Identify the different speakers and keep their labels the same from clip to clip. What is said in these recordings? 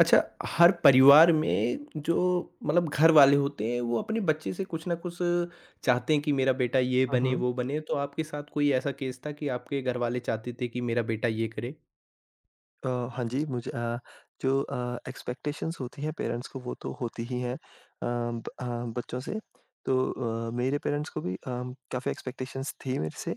Speaker 1: अच्छा, हर परिवार में जो मतलब घर वाले होते हैं, वो अपने बच्चे से कुछ ना कुछ चाहते हैं कि मेरा बेटा ये
Speaker 2: हुँ,
Speaker 1: बने,
Speaker 2: हुँ।
Speaker 1: वो बने, तो आपके साथ कोई ऐसा केस था कि आपके घर वाले चाहते थे कि मेरा बेटा ये करे?
Speaker 2: अ, हाँ जी, मुझे जो एक्सपेक्टेशंस होती हैं पेरेंट्स को वो तो होती ही हैं ब अ, बच्चों से। तो मेरे पेरेंट्स को भी काफ़ी एक्सपेक्टेशंस थी मेरे से।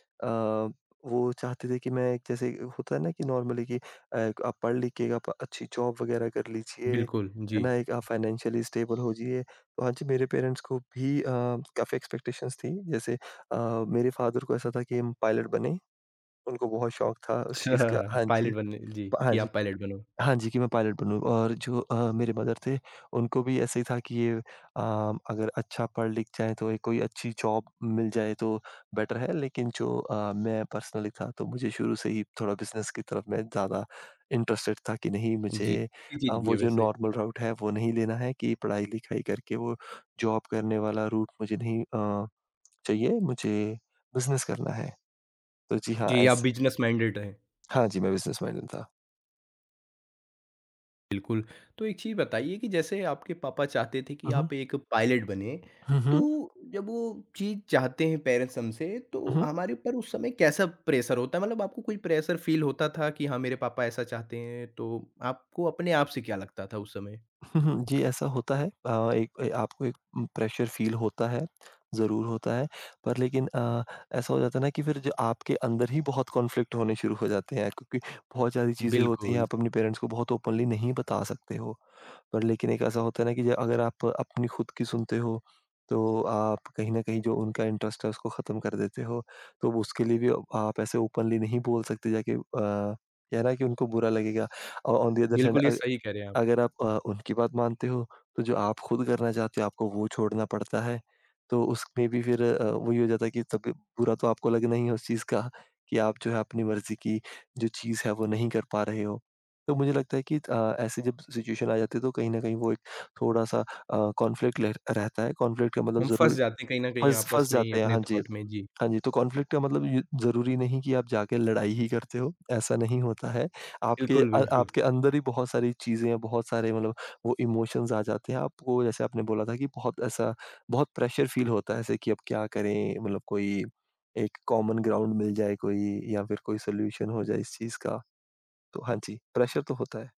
Speaker 2: अ, वो चाहते थे कि मैं एक जैसे होता है ना कि नॉर्मली कि एक आप पढ़ लिख के एक आप अच्छी जॉब वग़ैरह कर लीजिए,
Speaker 1: बिल्कुल,
Speaker 2: है
Speaker 1: जी।
Speaker 2: ना? एक आप फाइनेंशियली स्टेबल हो जाइए। तो हाँ जी, मेरे पेरेंट्स को भी काफ़ी एक्सपेक्टेशंस थी। जैसे मेरे फादर को ऐसा था कि हम पायलट बने, उनको बहुत शौक था उस चीज़ का।
Speaker 1: अच्छा,
Speaker 2: हाँ जी।
Speaker 1: पायलट बनने जी,
Speaker 2: प हाँ
Speaker 1: कि
Speaker 2: जी।
Speaker 1: आप पायलट बनो।
Speaker 2: हाँ जी, कि मैं पायलट बनूँ और जो मेरे मदर थे, उनको भी ऐसे ही था कि ये अगर अच्छा पढ़-लिख जाएँ तो ये कोई अच्छी जॉब मिल जाए तो बेटर है, लेकिन जो मैं पर्सनली था तो मुझे शुरू से ही थोड़ा बिज़नेस की तरफ मैं ज़्यादा इंटरेस्टेड था कि नहीं
Speaker 1: जी,
Speaker 2: मुझे
Speaker 1: अच्छी चीज़ भी है
Speaker 2: वो जो
Speaker 1: वैसे।
Speaker 2: नॉर्मल रूट है वो नहीं लेना है कि पढ़ाई-लिखाई करके वो जॉब करने वाला रूट मुझे नहीं अ, चाहिए, मुझे बिज़नेस करना है। तो जी हाँ,
Speaker 1: जी, आप
Speaker 2: ऐस
Speaker 1: बिज़नेस माइंडेड हैं।
Speaker 2: हाँ जी, मैं बिज़नेस माइंडेड था।
Speaker 1: बिल्कुल, तो एक चीज़ बताइए कि जैसे आपके पापा चाहते थे कि
Speaker 2: हुँ, हुँ।
Speaker 1: आप एक पायलट बने,
Speaker 2: हुँ, हुँ।
Speaker 1: तो जब वो चीज़ चाहते हैं पेरेंट्स हमसे,
Speaker 2: हुँ,
Speaker 1: तो
Speaker 2: हुँ।
Speaker 1: हमारे ऊपर उस समय कैसा प्रेशर होता है? मतलब आपको कोई प्रेशर फ़ील होता था कि हाँ, मेरे पापा ऐसा चाहते हैं, तो आपको अपने आप से क्या लगता था उस समय?
Speaker 2: हुँ, हुँ। जी, ऐसा होता है। अ, एक ए आपको एक प्रेशर फ़ील होता है, ज़रूर होता है। पर लेकिन ऐसा हो जाता है ना कि फिर जो आपके अंदर ही बहुत कॉन्फ्लिक्ट होने शुरू हो जाते हैं क्योंकि बहुत सारी चीज़ें होती हैं,
Speaker 1: बिल्कुल,
Speaker 2: आप अपने पेरेंट्स को बहुत ओपनली नहीं बता सकते हो। पर लेकिन एक ऐसा होता है ना कि ज अगर आप अपनी खुद की सुनते हो, तो आप कहीं न कहीं जो उनका इंटरेस्ट है उसको ख़त्म कर देते हो। तो वो उसके लिए भी आप ऐसे ओपनली नहीं बोल सकते जाके क्या है ना कि उनको बुरा लगेगा। और ऑन दी अदर हैंड
Speaker 1: बिल्कुल ये सही कह रहे हैं आप।
Speaker 2: अगर आप उनकी बात मानते हो, तो जो आप खुद करना चाहते हो आपको वो छोड़ना पड़ता है। तो उसमें भी फिर वही हो जाता है कि तब बुरा तो आपको लगना ही है उस चीज़ का कि आप जो है अपनी मर्ज़ी की जो चीज़ है वो नहीं कर पा रहे हो। तो मुझे लगता है कि ऐसे जब सिचुएशन आ जाती है तो कहीं न कहीं वो एक थोड़ा-सा कॉन्फ्लिक्ट लह रहता है। कॉन्फ्लिक्ट का मतलब
Speaker 1: हम फँस
Speaker 2: ज़रूरी
Speaker 1: जाते हैं कहीं न कहीं
Speaker 2: फँस
Speaker 1: आपस
Speaker 2: फँस
Speaker 1: में ही
Speaker 2: जाते हैं।
Speaker 1: अपने
Speaker 2: हाँ जी।
Speaker 1: थॉट में। जी,
Speaker 2: हाँ जी, तो कॉन्फ्लिक्ट का मतलब ये ज़रूरी नहीं कि आप जाके लड़ाई ही करते हो, ऐसा नहीं होता है।
Speaker 1: बिल्कुल, बिल्कुल।
Speaker 2: आपके अंदर ही बहुत सारी चीज़ें हैं, बहुत सारे मतलब वो इमोशंस आ जाते हैं। आपको जैसे आपने बोला था कि बहुत प्रेशर फ़ील होता है ऐसे कि अब क्या करें? मतलब कोई एक कॉमन ग्राउंड मिल जाए कोई या फिर कोई सॉल्यूशन हो जाए इस चीज़ का। तो हाँ जी, प्रेशर तो होता है।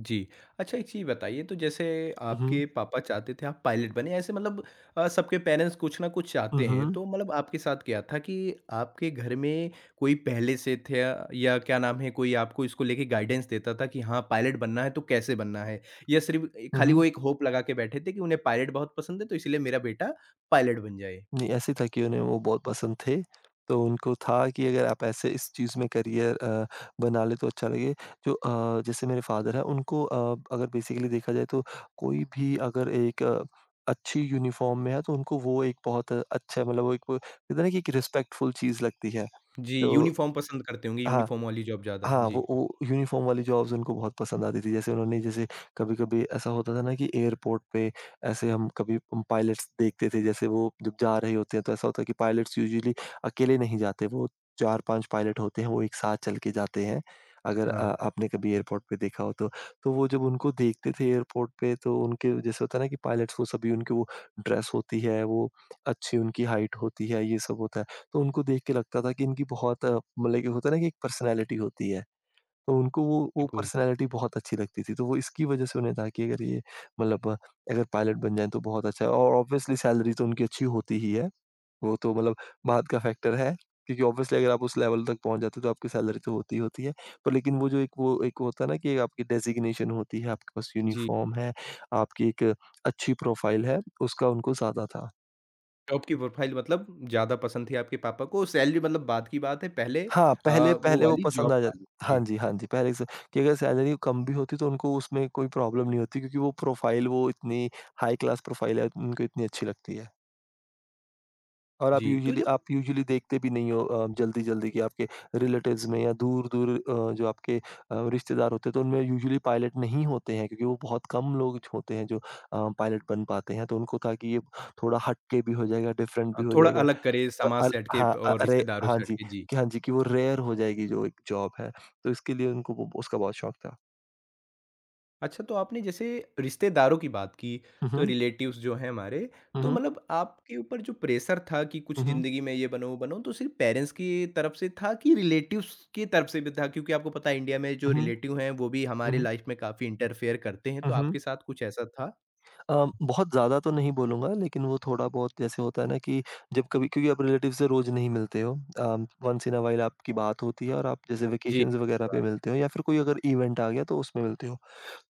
Speaker 1: जी। अच्छा एक चीज़ बताइए तो जैसे
Speaker 2: हुँ, हुँ।
Speaker 1: आपके पापा चाहते थे आप पायलट बने ऐसे मतलब सबके पेरेंट्स कुछ ना कुछ
Speaker 2: हुँ,
Speaker 1: चाहते हैं
Speaker 2: हुँ।
Speaker 1: तो मतलब आपके साथ क्या था कि आपके घर में कोई पहले से थे या क्या नाम है कोई आपको इसको लेके गाइडेंस देता था कि हाँ पायलट बनना है तो कैसे बनना है? या सिर्फ़
Speaker 2: हुँ,
Speaker 1: खाली
Speaker 2: हुँ।
Speaker 1: वो एक होप लगा के बैठे थे कि उन्हें पायलट बहुत पसंद है तो इसलिए मेरा बेटा पायलट बन जाए?
Speaker 2: नहीं, ऐसे था कि उन्हें वो बहुत पसंद थे। तो उनको था कि अगर आप ऐसे इस चीज़ में करियर बना लें तो अच्छा लगे। जैसे मेरे फ़ादर हैं उनको अगर बेसिकली देखा जाए तो कोई भी अगर एक अच्छी यूनिफ़ॉर्म में है तो उनको वो एक बहुत अच्छा मतलब वो एक कहते हैं ना कि एक रिस्पेक्टफुल चीज़ लगती है।
Speaker 1: जी,
Speaker 2: तो
Speaker 1: यूनिफ़ॉर्म पसंद करते होंगे
Speaker 2: हाँ।
Speaker 1: यूनिफ़ॉर्म वाली जॉब ज़्यादा।
Speaker 2: हाँ,
Speaker 1: जी।
Speaker 2: वो यूनिफ़ॉर्म वाली जॉब्स उनको बहुत पसंद आती थी। जैसे उन्होंने जैसे कभी-कभी ऐसा होता था ना कि एयरपोर्ट पे ऐसे हम कभी पायलट्स देखते थे, जैसे वो जब जा रहे होते हैं तो ऐसा होता है कि पायलट्स यूजुअली अकेले नहीं जाते, वो 4-5 पायलट होते हैं, वो एक साथ चल के जाते हैं। अगर
Speaker 1: हाँ,
Speaker 2: आपने कभी एयरपोर्ट पे देखा हो तो। तो वो जब उनको देखते थे एयरपोर्ट पे तो उनके जैसे होता है ना कि पायलट्स वो सभी उनकी वो ड्रेस होती है, वो अच्छी उनकी हाइट होती है, ये सब होता है। तो उनको देख के लगता था कि इनकी बहुत मतलब कि होता है ना कि एक पर्सनैलिटी होती है, तो उनको वो
Speaker 1: बिल्कुल।
Speaker 2: पर्सनैलिटी बहुत अच्छी लगती थी। तो वो इसकी वजह से उन्हें था कि अगर ये मतलब अ, अगर पायलट बन जाएँ तो बहुत अच्छा है और ऑब्वियसली सैलरी तो उनकी अच्छी होती ही है। वो तो मतलब बाद का फैक्टर है, क्योंकि ऑब्वियसली अगर आप उस लेवल तक पहुँच जाते हो तो आपकी सैलरी तो होती ही होती है। पर लेकिन वो एक होता है ना कि आपकी डेज़िग्नेशन होती है, आपके पास
Speaker 1: जी।
Speaker 2: यूनिफ़ॉर्म है, आपकी एक अच्छी प्रोफ़ाइल है, उसका उनको ज़्यादा था।
Speaker 1: जॉब की प्रोफ़ाइल मतलब ज़्यादा पसंद थी आपके पापा को, सैलरी मतलब बाद की बात है, पहले
Speaker 2: हाँ,
Speaker 1: अ,
Speaker 2: पहले
Speaker 1: वो
Speaker 2: पहले वो
Speaker 1: वाली जॉब
Speaker 2: पसंद आ जाता
Speaker 1: वाली।
Speaker 2: हाँ
Speaker 1: जी,
Speaker 2: जी, हाँ जी, पहले से कि अगर सैलरी कम भी होती तो उनको उसमें कोई प्रॉब्लम नहीं होती क्योंकि वो प्रोफ़ाइल वो इतनी हाई क्लास प्रोफ़ाइल है, उनको इतनी अच्छी लगती है। और
Speaker 1: जी। तो जब
Speaker 2: आप यूजुअली देखते भी नहीं हो जल्दी-जल्दी कि आपके रिलेटिव्स में या दूर-दूर जो आपके रिश्तेदार होते हैं तो उनमें यूजुअली पायलट नहीं होते हैं क्योंकि वो बहुत कम लोग होते हैं जो पायलट बन पाते हैं। तो उनको था कि ये थोड़ा हट के भी हो जाएगा, डिफरेंट भी हो
Speaker 1: थोड़ा
Speaker 2: जाएगा।
Speaker 1: अलग करे
Speaker 2: क
Speaker 1: समाज
Speaker 2: अल
Speaker 1: से हट के
Speaker 2: हाँ,
Speaker 1: प
Speaker 2: अ,
Speaker 1: और
Speaker 2: रे
Speaker 1: रिश्तेदारों से हट के, जी।
Speaker 2: हाँ जी, कि वो रेयर हो जाएगी जो एक जॉब है, तो इसके लिए उनको वो उसका बहुत शौक था।
Speaker 1: अच्छा तो आपने जैसे रिश्तेदारों की बात की,
Speaker 2: हुँ,
Speaker 1: तो
Speaker 2: हुँ।
Speaker 1: रिलेटिव्स जो हैं हमारे,
Speaker 2: हुँ,
Speaker 1: तो
Speaker 2: हुँ।
Speaker 1: मतलब आपके ऊपर जो प्रेशर था कि कुछ
Speaker 2: हुँ, हुँ।
Speaker 1: ज़िंदगी में ये बनो, वो बनो, तो सिर्फ़ पेरेंट्स की तरफ से था कि रिलेटिव्स की तरफ से भी था? क्योंकि आपको पता है इंडिया में जो
Speaker 2: हुँ, हुँ।
Speaker 1: रिलेटिव हैं, वो भी
Speaker 2: हुँ,
Speaker 1: हमारी
Speaker 2: हुँ।
Speaker 1: लाइफ़ में काफ़ी इंटरफेयर करते हैं,
Speaker 2: हुँ,
Speaker 1: तो
Speaker 2: हुँ।
Speaker 1: आपके साथ कुछ ऐसा था?
Speaker 2: बहुत ज़्यादा तो नहीं बोलूँगा लेकिन वो थोड़ा-बहुत जैसे होता है ना कि जब कभी क्योंकि आप रिलेटिव से रोज़ नहीं मिलते हो वन्स इन अ व्हाइल आपकी बात होती है और आप जैसे
Speaker 1: जी।
Speaker 2: वेकेशंस वगैरह पे मिलते हो या फिर कोई अगर इवेंट आ गया तो उसमें मिलते हो।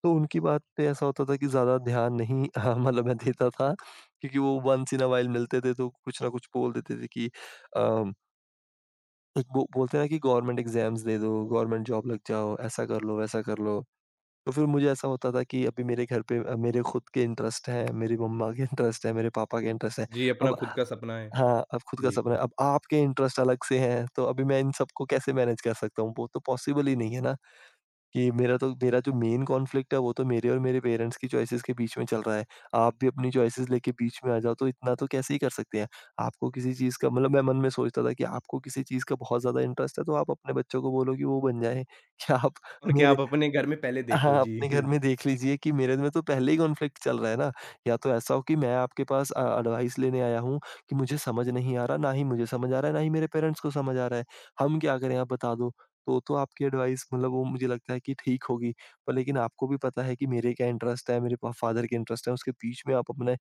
Speaker 2: तो उनकी बात पे ऐसा होता था कि ज़्यादा ध्यान नहीं हाँ, मतलब मैं देता था क्योंकि वो वंस इन अ व्हाइल मिलते थे तो कुछ ना कुछ बोल देते थे कि अम, एक वो बोलते हैं ना कि गवर्नमेंट एग्ज़ाम्स दे दो, गवर्नमेंट जॉब लग जाओ, ऐसा कर लो, वैसा कर लो। तो फिर मुझे ऐसा होता था कि अभी मेरे घर पे मेरे खुद के इंटरेस्ट हैं, मेरी मम्मा के इंटरेस्ट हैं, मेरे पापा के इंटरेस्ट हैं।
Speaker 1: जी, अपना
Speaker 2: अब
Speaker 1: खुद का सपना है।
Speaker 2: हाँ, अब खुद का
Speaker 1: जी,
Speaker 2: सपना है, अब आपके इंटरेस्ट अलग से हैं, तो अभी मैं इन सबको कैसे मैनेज कर सकता हूँ? वो तो पॉसिबल ही नहीं है ना। कि मेरा जो मेन कॉन्फ्लिक्ट है वो तो मेरे और मेरे पेरेंट्स की चॉइसेस के बीच में चल रहा है। आप भी अपनी चॉइसेस लेके बीच में आ जाओ तो इतना तो कैसे ही कर सकते हैं। आपको किसी चीज़ का मतलब मैं मन में सोचता था कि आपको किसी चीज़ का बहुत ज़्यादा इंटरेस्ट है तो आप अपने बच्चों को बोलो कि वो बन जाए। क्या आप
Speaker 1: और क्या
Speaker 2: मेरे
Speaker 1: आप अपने घर में पहले देखो।
Speaker 2: हाँ, अपने घर
Speaker 1: जी।
Speaker 2: में देख लीजिए कि मेरे में तो पहले ही कॉन्फ्लिक्ट चल रहा है ना, या तो ऐसा हो कि मैं आपके पास एडवाइस लेने आया हूँ कि मुझे समझ नहीं आ रहा, ना ही मुझे समझ आ रहा है, ना ही मेरे पेरेंट्स को समझ आ रहा है। हम क्या करें आप बता दो। तो आपकी एडवाइस मतलब वो मुझे लगता है कि ठीक होगी, पर लेकिन आपको भी पता है कि मेरे क्या इंटरेस्ट है, मेरे प फादर के इंटरेस्ट है, उसके बीच में आप अपने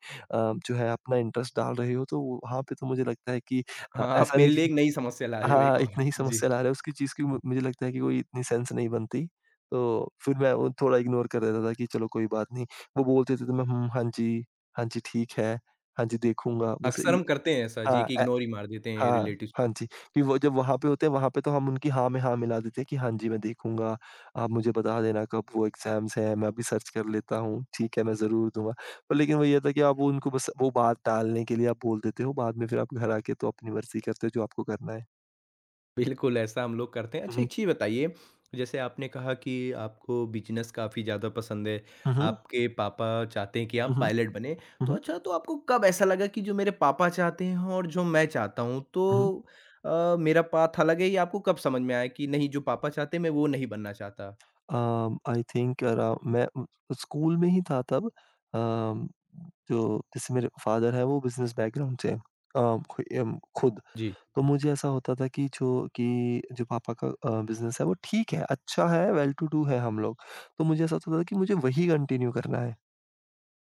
Speaker 2: जो है अपना इंटरेस्ट डाल रहे हो, तो वहाँ पे तो मुझे लगता है कि
Speaker 1: हाँ, आप
Speaker 2: ऐसा
Speaker 1: मेरे
Speaker 2: नहीं
Speaker 1: लिए
Speaker 2: कि
Speaker 1: एक नई समस्या ला रहे हो एक
Speaker 2: हाँ,
Speaker 1: और।
Speaker 2: इतना ही समझ
Speaker 1: जी,
Speaker 2: से ला रहा है उसकी चीज़ की मु मुझे लगता है कि कोई इतनी सेंस नहीं बनती। तो फिर मैं वो थोड़ा इग्नोर कर देता था कि चलो कोई बात नहीं। वो बोलते थे तो मैं हुँ, हाँ जी, हाँ जी ठीक है, हाँ जी देखूँगा बस
Speaker 1: अक्सर
Speaker 2: ये
Speaker 1: हम करते हैं ऐसा जी,
Speaker 2: हाँ,
Speaker 1: कि
Speaker 2: ए
Speaker 1: इग्नोर ही मार देते हैं
Speaker 2: हाँ,
Speaker 1: रिलेटिव्स
Speaker 2: हाँ
Speaker 1: को।
Speaker 2: जी। फिर वो जब वहाँ पे होते हैं वहाँ पे तो हम उनकी हाँ में हाँ मिला देते हैं कि हाँ जी मैं देखूँगा, आप मुझे बता देना कब वो एग्ज़ाम्स हैं, मैं अभी सर्च कर लेता हूँ, ठीक है मैं ज़रूर दूँगा। पर लेकिन वो ये था कि आप वो उनको बस वो बात टालने के लिए आप बोल देते हो, बाद में फिर आप घर आके तो अपनी मर्ज़ी करते हो जो आपको करना है।
Speaker 1: बिल्कुल, ऐसा हम लोग करते हैं।
Speaker 2: हुँ,
Speaker 1: अच्छा,
Speaker 2: हुँ।
Speaker 1: एक चीज़ बताइए, जैसे आपने कहा कि आपको बिज़नेस काफ़ी ज़्यादा पसंद है,
Speaker 2: हुँ, हुँ।
Speaker 1: आपके पापा चाहते हैं कि
Speaker 2: हुँ,
Speaker 1: आप
Speaker 2: हुँ,
Speaker 1: पायलट बनें। तो
Speaker 2: हुँ,
Speaker 1: अच्छा, तो आपको कब ऐसा लगा कि जो मेरे पापा चाहते हैं और जो मैं चाहता हूँ,
Speaker 2: हुँ।
Speaker 1: तो मेरा पाथ अलग है? ये आपको कब समझ में आया कि नहीं, जो पापा चाहते हैं, मैं वो नहीं बनना चाहता?
Speaker 2: आई थिंक अरा मैं स्कूल में ही था तब अम, जो जैसे मेरे फादर हैं वो बिज़नेस बैकग्राउंड से हैं खुद।
Speaker 1: जी,
Speaker 2: तो मुझे ऐसा होता था कि जो पापा का बिज़नेस है वो ठीक है, अच्छा है, वेल टू डू है हम लोग। तो मुझे ऐसा होता था कि मुझे वही कंटिन्यू करना है।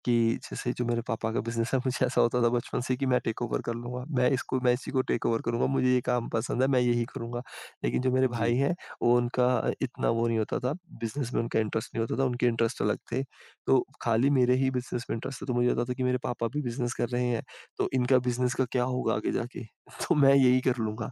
Speaker 2: कि जैसे जो मेरे पापा का बिज़नेस है, मुझे ऐसा होता था बचपन से कि मैं टेक ओवर कर लूँगा। मैं इसी को टेक ओवर करूँगा, मुझे ये काम पसंद है, मैं यही करूँगा। लेकिन जो मेरे
Speaker 1: जी।
Speaker 2: भाई हैं, वो उनका इतना वो नहीं होता था, बिज़नेस में उनका इंटरेस्ट नहीं होता था, उनके इंटरेस्ट अलग थे। तो खाली मेरे ही बिज़नेस में इंटरेस्ट था, तो मुझे होता था कि मेरे पापा भी बिज़नेस कर रहे हैं, तो इनका बिज़नेस का क्या होगा आगे जाके? तो मैं यही कर लूँगा।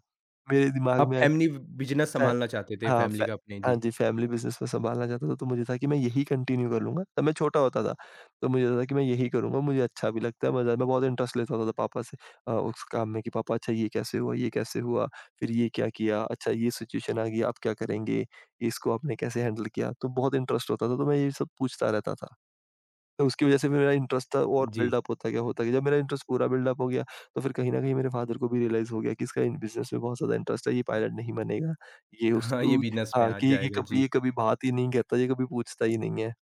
Speaker 2: मेरे दिमाग
Speaker 1: आप
Speaker 2: में
Speaker 1: फैमिली ब बिज़नेस
Speaker 2: फै
Speaker 1: सँभालना चाहते थे
Speaker 2: हाँ,
Speaker 1: फैमिली
Speaker 2: फै
Speaker 1: का अपने
Speaker 2: हाँ
Speaker 1: जी।
Speaker 2: जी, फैमिली बिज़नेस में सँभालना चाहता था, तो मुझे था कि मैं यही कंटिन्यू कर लूँगा। तब मैं छोटा होता था, तो मुझे लगता था कि मैं यही करूँगा, मुझे अच्छा भी लगता है, मज़ा मैं बहुत इंटरेस्ट लेता होता था तो पापा से उस काम में कि पापा अच्छा ये कैसे हुआ, फिर ये क्या किया, अच्छा ये सिचुएशन आ गई, आप क्या करेंगे, इसको आपने कैसे हैंडल किया? तो बहुत इंटरेस्ट होता था, तो मैं ये सब पूछता रहता था। तो उसकी वजह से फिर मेरा इंटरेस्ट था और
Speaker 1: जी।
Speaker 2: बिल्डअप होता गया, होता गया। जब मेरा इंटरेस्ट पूरा बिल्डअप हो गया, तो फिर कहीं न कहीं मेरे फ़ादर को भी रियलाइज़ हो गया कि इसका इन बिज़नेस में बहुत ज़्यादा इंटरेस्ट है, ये पायलट नहीं बनेगा। ये
Speaker 1: हाँ, ये
Speaker 2: उसको
Speaker 1: बिज़नेस में
Speaker 2: हाँ,
Speaker 1: आ
Speaker 2: कि ये ये
Speaker 1: जाएगा
Speaker 2: कभी
Speaker 1: जी,
Speaker 2: ये कभी बात ही नहीं करता, ये कभी पूछता ही नहीं है।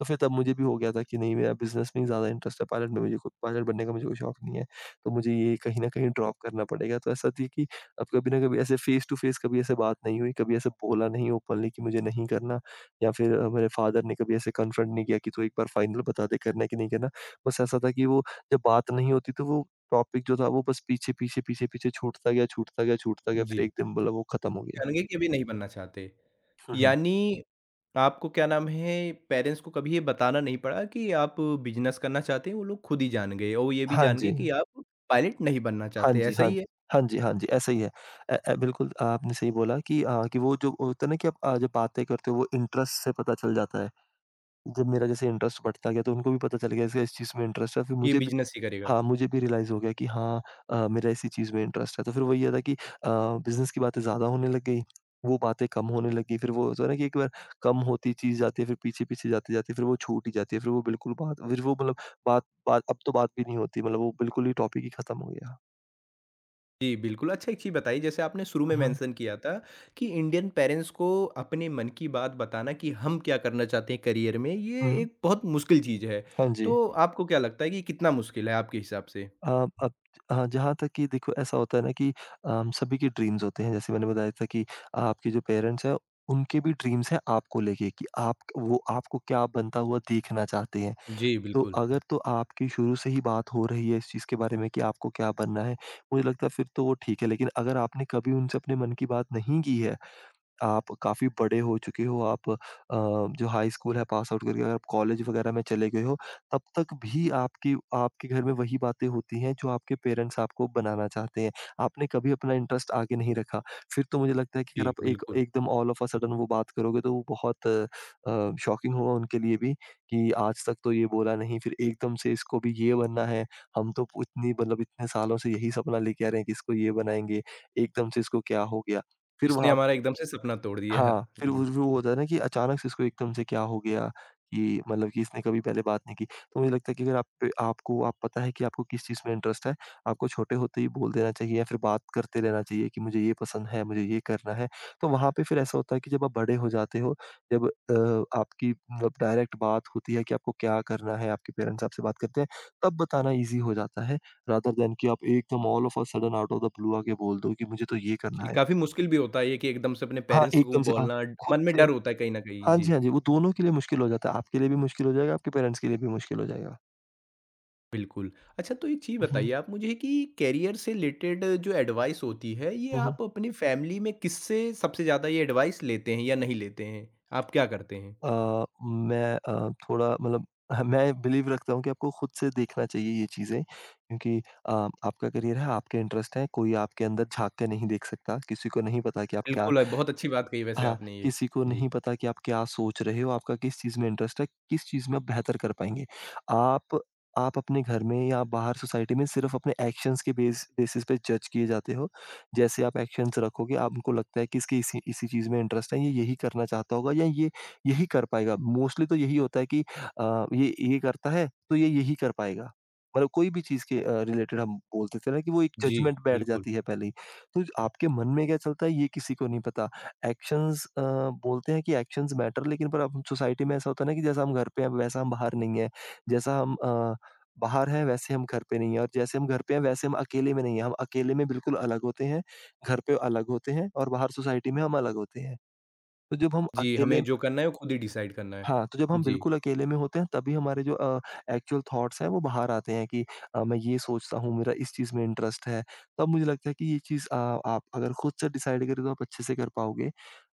Speaker 2: तो फिर तब मुझे भी हो गया था कि नहीं मेरा बिज़नेस में ही ज़्यादा इंटरेस्ट है, पायलट में मुझे को पायलट बनने का मुझे कोई शौक नहीं है। तो मुझे ये कहीं न कहीं ड्रॉप करना पड़ेगा। तो ऐसा थी कि अब कभी ना कभी ऐसे फ़ेस टू फ़ेस कभी ऐसे बात नहीं हुई, कभी ऐसे बोला नहीं ओपनली कि मुझे नहीं करना। या फिर मेरे फादर ने कभी ऐसे कन्फ्रंट नहीं किया कि तू एक बार फाइनल बता दे करना है कि नहीं करना। बस ऐसा था कि वो जब बात नहीं होती तो वो टॉपिक जो था वो बस पीछे, पीछे, पीछे, पीछे छूटता गया, छूटता गया, छूटता गया फिर
Speaker 1: जी।
Speaker 2: एक दिन बोला वो खत्म हो गया।
Speaker 1: जानेंगे कि अभी नहीं बनना चाहते।
Speaker 2: हुँ, हुँ।
Speaker 1: यानी आपको क्या नाम है पेरेंट्स को कभी ये बताना नहीं पड़ा कि आप बिज़नेस करना चाहते हैं, वो लोग खुद ही जान गए और ये भी
Speaker 2: हाँ
Speaker 1: जान गए
Speaker 2: जी।
Speaker 1: कि आप पायलट नहीं बनना
Speaker 2: हाँ
Speaker 1: चाहते,
Speaker 2: जी,
Speaker 1: ऐसा
Speaker 2: हाँ।
Speaker 1: ही है
Speaker 2: हाँ जी, हाँ जी, ऐसा ही है। बिल्कुल आपने सही बोला कि कि वो जो होता है ना कि आप जब बातें करते हो वो इंटरेस्ट से पता चल जाता है। जब मेरा जैसे इंटरेस्ट बढ़ता गया तो उनको भी पता चल गया इसका इस चीज़ में इंटरेस्ट है फिर
Speaker 1: कि
Speaker 2: मुझे भी
Speaker 1: बिज़नेस ही करेगा?
Speaker 2: हाँ, मुझे भी रियलाइज़ हो गया कि हाँ मेरा इसी चीज़ में इंटरेस्ट है। तो फिर वही है ना कि बिज़नेस की बातें ज़्यादा होने लग गई, वो बातें कम होने लगी। फिर वो होता है ना कि एक बार कम होती चीज़ जाती है, फिर पीछे-पीछे जाते-जाते फिर वो छूट ही जाती है। फिर वो बिल्कुल बात फिर वो मतलब बात बात अब तो बात भी नहीं होती, मतलब वो बिल्कुल ही टॉपिक ही खत्म हो गया।
Speaker 1: जी, बिल्कुल। अच्छा एक चीज़ बताइए जैसे आपने शुरू में
Speaker 2: हुँ,
Speaker 1: मेंशन किया था कि इंडियन पेरेंट्स को अपने मन की बात बताना कि हम क्या करना चाहते हैं करियर में, ये
Speaker 2: हुँ, हुँ।
Speaker 1: एक बहुत मुश्किल चीज़ है।
Speaker 2: हाँ जी।
Speaker 1: तो आपको क्या लगता है कि कितना मुश्किल है आपके हिसाब से?
Speaker 2: अब हाँ, जहाँ तक कि देखो ऐसा होता है ना कि सभी के ड्रीम्स होते हैं। जैसे मैंने बताया था कि आपके जो पेरेंट्स हैं, उनके भी ड्रीम्स हैं आपको लेके कि आप वो आपको क्या बनता हुआ देखना चाहते हैं।
Speaker 1: जी,
Speaker 2: तो
Speaker 1: बिल्कुल।
Speaker 2: अगर तो आपकी शुरू से ही बात हो रही है इस चीज़ के बारे में कि आपको क्या बनना है, मुझे लगता है फिर तो वो ठीक है। लेकिन अगर आपने कभी उनसे अपने मन की बात नहीं की है आप काफ़ी बड़े हो चुके हो, आप जो हाई स्कूल है पास आउट करके अगर आप कॉलेज वगैरह में चले गए हो, तब तक भी आपकी आपके घर में वही बातें होती हैं जो आपके पेरेंट्स आपको बनाना चाहते हैं। आपने कभी अपना इंटरेस्ट आगे नहीं रखा। फिर तो मुझे लगता है कि अगर
Speaker 1: जी,
Speaker 2: आप एक
Speaker 1: बिल्कुल।
Speaker 2: एकदम ऑल ऑफ अ सडन वो बात करोगे तो वो बहुत शॉकिंग होगा उनके लिए भी कि आज तक तो ये बोला नहीं, फिर एकदम से इसको भी ये बनना है। हम तो इतनी मतलब इतने सालों से यही सपना लेके आ रहे हैं कि इसको ये बनाएँगे, एकदम से इसको क्या हो गया? फिर
Speaker 1: इसने
Speaker 2: वहाँ
Speaker 1: हमारा एकदम से सपना तोड़ दिया है।
Speaker 2: हाँ, फिर वो
Speaker 1: जी,
Speaker 2: वो होता है ना कि अचानक से इसको एकदम से क्या हो गया कि मतलब कि इसने कभी पहले बात नहीं की। तो मुझे लगता है कि अगर आप पे आपको आप पता है कि आपको किस चीज़ में इंटरेस्ट है, आपको छोटे होते ही बोल देना चाहिए या फिर बात करते रहना चाहिए कि मुझे ये पसंद है, मुझे ये करना है। तो वहाँ पे फिर ऐसा होता है कि जब आप बड़े हो जाते हो, जब आपकी मतलब डायरेक्ट बात होती है कि आपको क्या करना है, आपके पेरेंट्स आपसे बात करते हैं, तब बताना ईज़ी हो जाता है रादर दैन कि आप एकदम all of a sudden out of the blue आके बोल दो कि मुझे तो ये करना
Speaker 1: जी,
Speaker 2: है।
Speaker 1: काफ़ी मुश्किल भी होता है ये कि एकदम से अपने
Speaker 2: हाँ,
Speaker 1: पेरेंट्स को
Speaker 2: एकदम से हाँ,
Speaker 1: बोलना,
Speaker 2: खुद
Speaker 1: मन में
Speaker 2: से
Speaker 1: डर होता है कहीं न कहीं।
Speaker 2: हाँ जी,
Speaker 1: जी।
Speaker 2: हाँ जी, वो दोनों के लिए मुश्किल हो जाता है। आपके लिए भी मुश्किल हो जाएगा, आपके पेरेंट्स के लिए भी मुश्किल हो जाएगा।
Speaker 1: बिल्कुल। अच्छा तो एक चीज़
Speaker 2: हुँ,
Speaker 1: बताइए आप मुझे कि करियर से रिलेटेड जो एडवाइस होती है, ये
Speaker 2: हुँ, हुँ।
Speaker 1: आप अपनी फैमिली में किससे सबसे ज़्यादा ये एडवाइस लेते हैं या नहीं लेते हैं? आप क्या करते हैं?
Speaker 2: अ, मैं थोड़ा मतलब ह मैं बिलीव रखता हूँ कि आपको खुद से देखना चाहिए ये चीज़ें क्योंकि अ, आपका करियर है, आपके इंटरेस्ट हैं, कोई आपके अंदर झाँक के नहीं देख सकता, किसी को नहीं पता कि आप क्या
Speaker 1: बिल्कुल बहुत अच्छी बात कही वैसे
Speaker 2: हाँ,
Speaker 1: आपने ये।
Speaker 2: किसी को
Speaker 1: जी।
Speaker 2: नहीं पता कि आप क्या सोच रहे हो, आपका किस चीज़ में इंटरेस्ट है, किस चीज़ में आप बेहतर कर पाएँगे। आप आप अपने घर में या बाहर सोसाइटी में सिर्फ़ अपने एक्शंस के बेसिस पे जज किए जाते हो। जैसे आप एक्शंस रखोगे, आपको लगता है कि इसके इसी इसी चीज़ में इंटरेस्ट है, ये यही करना चाहता होगा या ये यही कर पाएगा। मोस्टली तो यही होता है कि ये करता है, तो ये यही कर पाएगा। मतलब कोई भी चीज़ के रिलेटेड हम बोल देते हैं ना कि वो एक
Speaker 1: जी,
Speaker 2: जजमेंट बैठ
Speaker 1: बिल्कुल।
Speaker 2: जाती है पहले ही। तो आपके मन में क्या चलता है, ये किसी को नहीं पता। एक्शंस अ, बोलते हैं कि एक्शंस मैटर लेकिन पर अब सोसाइटी में ऐसा होता है ना कि जैसा हम घर पे हैं वैसा हम बाहर नहीं है। जैसा हम बाहर हैं वैसे हम घर पे नहीं हैं और जैसे हम घर पे हैं वैसे हम अकेले में नहीं हैं। हम अकेले में बिल्कुल अलग होते हैं, घर पे अलग होते हैं और बाहर सोसाइटी में हम अलग होते हैं। तो जब हम
Speaker 1: जी,
Speaker 2: अकेले
Speaker 1: हमें जो करना है वो खुद ही डिसाइड करना है।
Speaker 2: हाँ, तो जब हम
Speaker 1: जी।
Speaker 2: बिल्कुल अकेले में होते हैं तभी हमारे जो एक्चुअल थॉट्स हैं वो बाहर आते हैं कि मैं ये सोचता हूँ, मेरा इस चीज़ में इंटरेस्ट है। तब मुझे लगता है कि ये चीज़ आप अगर खुद से डिसाइड करें तो आप अच्छे से कर पाओगे।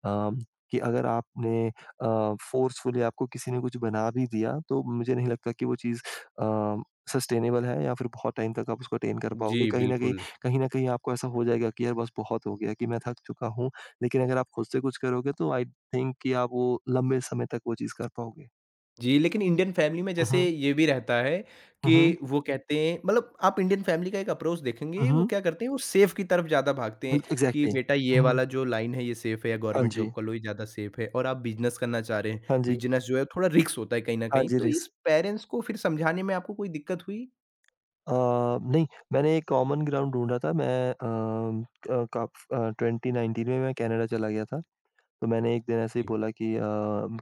Speaker 2: अम, कि अगर आपने फोर्सफुली आपको किसी ने कुछ बना भी दिया तो मुझे नहीं लगता कि वो चीज़ अ, सस्टेनेबल है या फिर बहुत टाइम तक आप उसको अटेन कर पाओगे।
Speaker 1: जी, बिल्कुल।
Speaker 2: कहीं न कहीं आपको ऐसा हो जाएगा कि यार बस बहुत हो गया कि मैं थक चुका हूँ। लेकिन अगर आप खुद से कुछ करोगे तो आई थिंक कि आप वो लंबे समय तक वो चीज़ कर पाओगे।
Speaker 1: जी, लेकिन इंडियन फैमिली में
Speaker 2: हुँ,
Speaker 1: जैसे
Speaker 2: हुँ।
Speaker 1: ये भी रहता है
Speaker 2: हुँ,
Speaker 1: कि
Speaker 2: हुँ।
Speaker 1: वो कहते हैं मतलब आप इंडियन फैमिली का एक अप्रोच
Speaker 2: हुँ,
Speaker 1: देखेंगे, वो
Speaker 2: हुँ।
Speaker 1: क्या करते हैं, वो सेफ की तरफ ज़्यादा भागते हैं
Speaker 2: बिल्क
Speaker 1: कि
Speaker 2: एग्ज़ैक्टली।
Speaker 1: बेटा ये
Speaker 2: हुँ, हुँ।
Speaker 1: वाला जो लाइन है ये सेफ है या
Speaker 2: हाँ
Speaker 1: गवर्नमेंट जॉब
Speaker 2: जी।
Speaker 1: कर लो ये ज़्यादा सेफ है और आप बिज़नेस करना चाह रहे हैं,
Speaker 2: हाँ जी।
Speaker 1: बिज़नेस जो है थोड़ा रिस्क होता है कहीं न
Speaker 2: हाँ
Speaker 1: कहीं।
Speaker 2: जी,
Speaker 1: तो इस
Speaker 2: रिस
Speaker 1: पेरेंट्स को फिर समझाने में आपको कोई दिक्कत हुई?
Speaker 2: नहीं, मैंने एक कॉमन ग्राउंड ढूँढा था। मैं 2019 में मैं कनाडा चला गया था। तो मैंने एक दिन ऐसे ही
Speaker 1: जी,
Speaker 2: बोला कि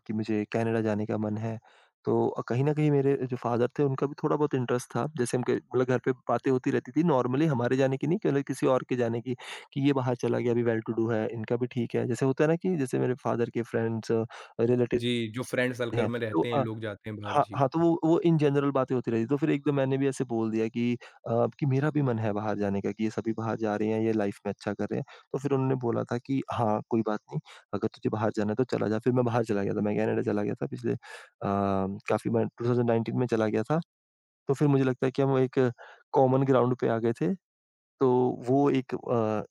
Speaker 2: कि मुझे कनाडा जाने का मन है। तो कहीं न कहीं मेरे जो फ़ादर थे उनका भी थोड़ा बहुत इंटरेस्ट था। जैसे हम क मतलब घर पे बातें होती रहती थी नॉर्मली हमारे जाने की नहीं केवल किसी और के जाने की, कि ये बाहर चला गया अभी वेल टू डू है, इनका भी ठीक है। जैसे होता है ना कि जैसे मेरे फ़ादर के फ्रेंड्स रिलेटिव
Speaker 1: जी, जो फ्रेंड सर्कल
Speaker 2: हैं।
Speaker 1: में
Speaker 2: तो
Speaker 1: रहते हैं, लोग जाते हैं बाहर। जी,
Speaker 2: हाँ, तो वो इन जनरल बातें होती रहती है, तो फिर एक दिन मैंने भी ऐसे बोल दिया कि कि मेरा भी मन है बाहर जाने का कि ये सभी बाहर जा रहे हैं, ये लाइफ में अच्छा कर रहे हैं। तो फिर उन्होंने बोला था कि "हाँ, कोई बात नहीं, अगर तुझे बाहर जाना है तो चला जा।" फिर मैं बाहर चला गया था, मैं कनाडा चला गया था पिछले काफ़ी मैं 2019 में चला गया था। तो फिर मुझे लगता है कि हम एक कॉमन ग्राउंड पे आ गए थे, तो वो एक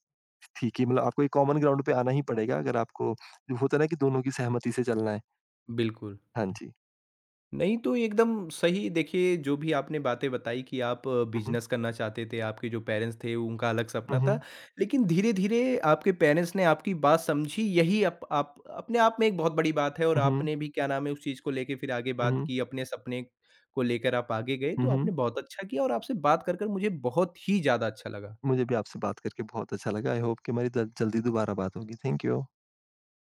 Speaker 2: थी कि मतलब आपको एक कॉमन ग्राउंड पे आना ही पड़ेगा अगर आपको जो होता है ना कि दोनों की सहमति से चलना है।
Speaker 1: बिल्कुल।
Speaker 2: हाँ जी।
Speaker 1: नहीं, तो एकदम सही देखिए जो भी आपने बातें बताई कि आप
Speaker 2: हुँ, हुँ।
Speaker 1: बिज़नेस करना चाहते थे, आपके जो पेरेंट्स थे उनका अलग सपना
Speaker 2: हुँ,
Speaker 1: था।
Speaker 2: हुँ।
Speaker 1: लेकिन धीरे-धीरे आपके पेरेंट्स ने आपकी बात समझी यही अप आप अपने आप में एक बहुत बड़ी बात है और
Speaker 2: हुँ, हुँ।
Speaker 1: आपने भी क्या नाम है उस चीज़ को लेके फिर आगे बात की, अपने सपने को लेकर आप आगे गए,
Speaker 2: हुँ,
Speaker 1: तो
Speaker 2: हुँ।
Speaker 1: आपने बहुत अच्छा किया और आपसे बात कर, कर मुझे बहुत ही ज़्यादा अच्छा लगा।
Speaker 2: मुझे भी आपसे बात करके बहुत अच्छा लगा। आई होप कि हमारी जल्दी दोबारा बात होगी। Thank you.